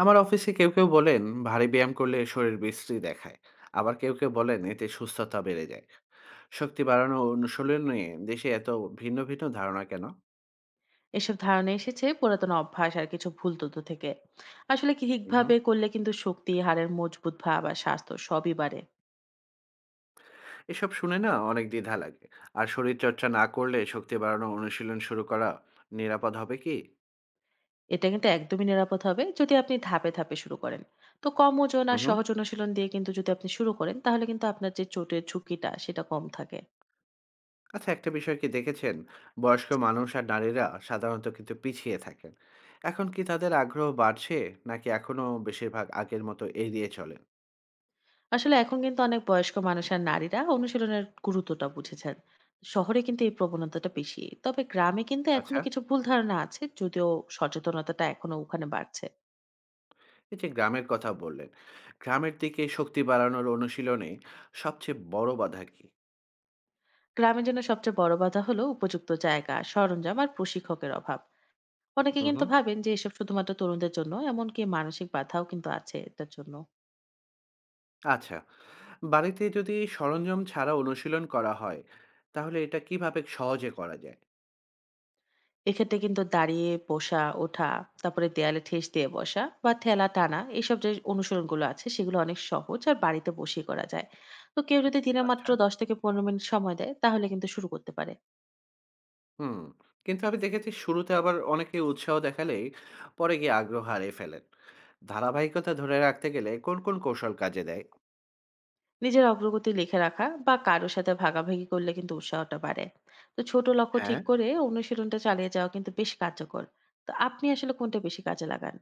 আমার অফিসে কেউ কেউ বলেন ভারী ব্যায়াম করলে শরীর বিশ্রী দেখায়। আবার কেউ কেউ বলেন এতে সুস্থতা বেড়ে যায়। শক্তি বাড়ানো অনুশীলন নিয়ে দেশে এত ভিন্ন ভিন্ন ধারণা কেন? এসব ধারণা এসেছে পুরাতন অভ্যাস আর কিছু ভুল তথ্য থেকে। আসলে কি হুম। ঠিকভাবে করলে কিন্তু শক্তি, হাড়ের মজবুত ভাব আর স্বাস্থ্য সবই বাড়ে। এসব শুনে না অনেক দ্বিধা লাগে। আর শরীর চর্চা না করলে শক্তি বাড়ানো অনুশীলন শুরু করা নিরাপদ হবে কি? এটা কিন্তু একদমই নিরাপদ হবে যদি আপনি ধাপে ধাপে শুরু করেন। তো কম ওজন আর হুম। সহজ অনুশীলন দিয়ে কিন্তু যদি আপনি শুরু করেন তাহলে কিন্তু আপনার যে চোটের ঝুঁকিটা সেটা কম থাকে। আচ্ছা, একটা বিষয় কি দেখেছেন? বয়স্ক মানুষ আর নারীরা সাধারণত কিন্তু পিছিয়ে থাকেন। এখন কি তাদের আগ্রহ বাড়ছে, নাকি এখনো বেশিরভাগ আগের মতো এড়িয়ে চলেন? আসলে এখন কিন্তু অনেক বয়স্ক মানুষ আর নারীরা অনুশীলনের গুরুত্বটা বুঝেছেন। শহরে কিন্তু এই প্রবণতাটা বেশি, তবে গ্রামে কিন্তু এখনো আচ্ছা। কিছু ভুল ধারণা আছে যদিও সচেতনতাটা এখনো ওখানে বাড়ছে। এই যে গ্রামের কথা বললেন, গ্রামের দিকে শক্তি বাড়ানোর অনুশীলনে সবচেয়ে বড় বাধা কি? গ্রামের জন্য সবচেয়ে বড় বাধা হলো উপযুক্ত জায়গা, সরঞ্জাম আর প্রশিক্ষকের অভাব। অনেকে হুম, কিন্তু হুম। ভাবেন যে এসব শুধুমাত্র তরুণদের জন্য, এমনকি মানসিক বাধাও কিন্তু আছে এটার জন্য। আচ্ছা, বাড়িতে যদি সরঞ্জাম ছাড়া অনুশীলন করা হয়, তাহলে এটা কিভাবে সহজে করা যায়? এক্ষেত্রে কিন্তু দাঁড়িয়ে বসা ওঠা, তারপরে দেয়ালে ঠেস দিয়ে বসা বা ঠেলা টানা, এইসব যে অনুশীলনগুলো আছে সেগুলো অনেক সহজ আর বাড়িতে বসিয়ে করা যায়। তো কেউ যদি দিনে মাত্র আচ্ছা। 10 থেকে 15 মিনিট সময় দেয় তাহলে কিন্তু শুরু করতে পারে। হুম, কিন্তু আমি দেখেছি শুরুতে আবার অনেকে উৎসাহ দেখালে পরে গিয়ে আগ্রহ হারিয়ে ফেলেন। ধারাবাহিকতা ধরে রাখতে গেলে কোন, কোন কৌশল কাজে দেয়? নিজের অগ্রগতি লিখে রাখা বা কারোর সাথে ভাগাভাগি করলে কিন্তু উৎসাহটা বাড়ে। তো ছোট লক্ষ্য হ্যাঁ। ঠিক করে অনুশীলনটা চালিয়ে যাওয়া কিন্তু বেশ কার্যকর। তো আপনি আসলে কোনটা বেশি কাজে লাগান?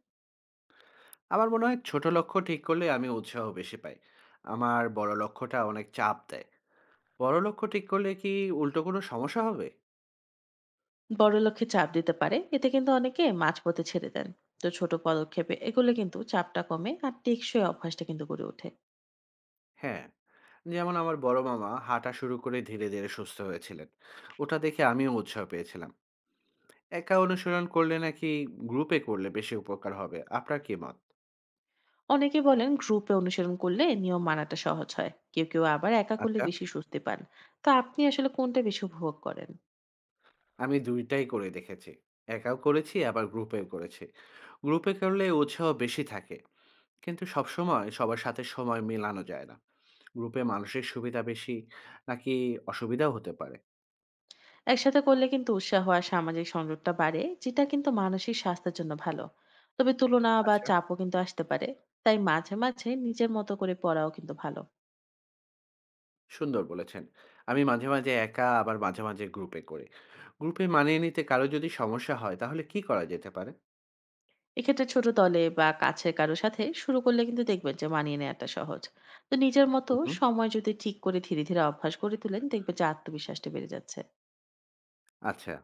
আমার মনে হয় ছোট লক্ষ্য ঠিক করলে আমি উৎসাহ বেশি পাই। আমার বড় লক্ষ্যটা অনেক চাপ দেয়। বড় লক্ষ্য ঠিক করলে কি উল্টো কোনো সমস্যা হবে? বড় লক্ষ্যে চাপ দিতে পারে, এতে কিন্তু অনেকে মাঝপথে ছেড়ে দেন। তো ছোট পদক্ষেপে এগুলো কিন্তু চাপটা কমে আর টেকসই অভ্যাসটা কিন্তু গড়ে ওঠে। হ্যাঁ, যেমন আমার বড় মামা হাঁটা শুরু করে ধীরে ধীরে সুস্থ হয়েছিলেন। ওটা দেখে আমিও উৎসাহ পেয়েছিলাম। একা অনুশীলন করলে নাকি গ্রুপে করলে বেশি উপকার হবে, আপনার কি মত? অনেকে বলেন গ্রুপে অনুশীলন করলে নিয়ম মানাটা সহজ হয়, কেউ কেউ আবার একা করলে আচ্ছা, বেশি স্বস্তি পান। তো আপনি আসলে কোনটা বেশি উপভোগ করেন? আমি দুইটাই করে দেখেছি। একাও করেছি আবার গ্রুপেও করেছি। গ্রুপে করলে উৎসাহ বেশি থাকে, কিন্তু সবসময় সবার সাথে সময় মেলানো যায় না। গ্রুপে মানুষের সুবিধা বেশি, নাকি অসুবিধাও হতে পারে? একসাথে করলে কিন্তু উৎসাহ আর সামাজিক সংযোগটা বাড়ে, যেটা কিন্তু মানসিক স্বাস্থ্যের জন্য ভালো। তবে তুলনা বা আচ্ছা, চাপও কিন্তু আসতে পারে। তাই মাঝে মাঝে নিজের মতো করে পড়াও কিন্তু ভালো। সুন্দর বলেছেন। আমি মাঝে, মাঝে একা আবার মাঝে, মাঝে গ্রুপে করি। গ্রুপে মানিয়ে নিতে কারো যদি সমস্যা হয় তাহলে কি করা যেতে পারে? এক্ষেত্রে ছোট দলে বা কাছের কারো সাথে শুরু করলে কিন্তু দেখবেন যে মানিয়ে নেওয়াটা সহজ। তো নিজের হুম, মতো হুম। সময় যদি ঠিক করে ধীরে ধীরে অভ্যাস করে তুলেন, দেখবেন যে আত্মবিশ্বাসটা বেড়ে যাচ্ছে। আচ্ছা,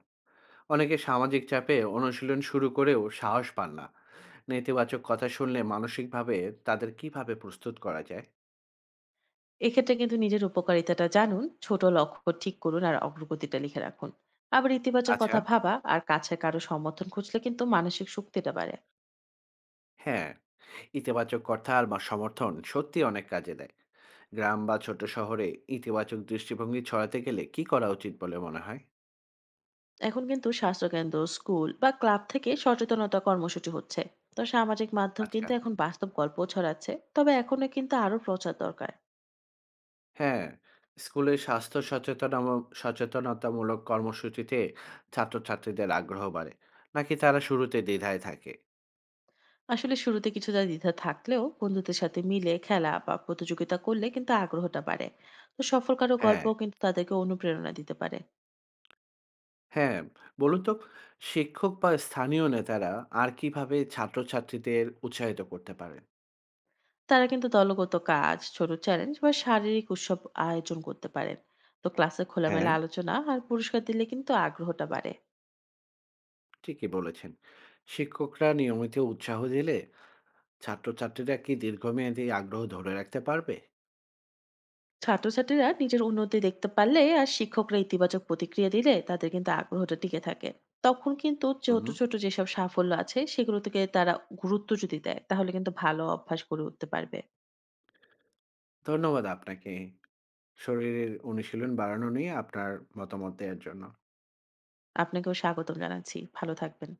অনেকে সামাজিক চাপে অনুশীলন শুরু করেও সাহস পান না। নেতিবাচক কথা শুনলে মানসিকভাবে তাদের কিভাবে প্রস্তুত করা যায়? এক্ষেত্রে কিন্তু নিজের উপকারিতাটা জানুন, ছোট লক্ষ্য ঠিক করুন আর অগ্রগতিটা লিখে রাখুন। আবার ইতিবাচক আচ্ছা। কথা ভাবা আর কাছের কারো সমর্থন খুঁজলে কিন্তু মানসিক শক্তিটা বাড়ে। হ্যাঁ, ইতিবাচক কথা আর মা সমর্থন সত্যি অনেক কাজে দেয়। গ্রাম বা ছোট শহরে ইতিবাচক দৃষ্টিভঙ্গি ছড়াতে গেলে কি করা উচিত বলে মনে হয়? এখন কিন্তু স্বাস্থ্যকেন্দ্র, স্কুল বা ক্লাব থেকে সচেতনতা কর্মসূচি হচ্ছে। তো সামাজিক মাধ্যম আচ্ছা। কিন্তু এখন বাস্তব গল্প ছড়াচ্ছে। তবে এখনো কিন্তু আরো প্রচার দরকার। হ্যাঁ, স্কুলে স্বাস্থ্য সচেতনতামূলক কর্মসূচিতে ছাত্রছাত্রীদের আগ্রহ বাড়ে, নাকি তারা শুরুতে দ্বিধায় থাকে? আসলে শুরুতে কিছুটা দ্বিধা থাকলেও বন্ধুদের সাথে মিলে খেলা বা প্রতিযোগিতা করলে কিন্তু আগ্রহটা বাড়ে। তো সফল কারো হ্যাঁ, গল্পও কিন্তু তাদেরকে অনুপ্রেরণা দিতে পারে। হ্যাঁ, বলুন তো, শিক্ষক বা স্থানীয় নেতারা আর কিভাবে ছাত্রছাত্রীদের উৎসাহিত করতে পারেন? তারা কিন্তু দলগত কাজ, ছোট চ্যালেঞ্জ বা শারীরিক উৎসব আয়োজন করতে পারেন। তো ক্লাসে হ্যাঁ, খোলামেলা আলোচনা আর পুরস্কার দিলে কিন্তু আগ্রহটা বাড়ে। ঠিকই বলেছেন। শিক্ষকরা নিয়মিত উৎসাহ দিলে ছাত্রছাত্রীরা কি দীর্ঘমেয়াদী আগ্রহ ধরে রাখতে পারবে? ছাত্রছাত্রীরা নিজের উন্নতি দেখতে পারলে আর শিক্ষকরা ইতিবাচক প্রতিক্রিয়া দিলে তাদের কিন্তু আগ্রহটা টিকে থাকে। তখন কিন্তু ছোট হুম। ছোট যেসব সাফল্য আছে সেগুলো থেকে তারা গুরুত্ব যদি দেয় তাহলে কিন্তু ভালো অভ্যাস গড়ে উঠতে পারবে। ধন্যবাদ আপনাকে শরীরের অনুশীলন বাড়ানো নিয়ে আপনার মতামত দেওয়ার জন্য। আপনাকেও স্বাগতম জানাচ্ছি, ভালো থাকবেন।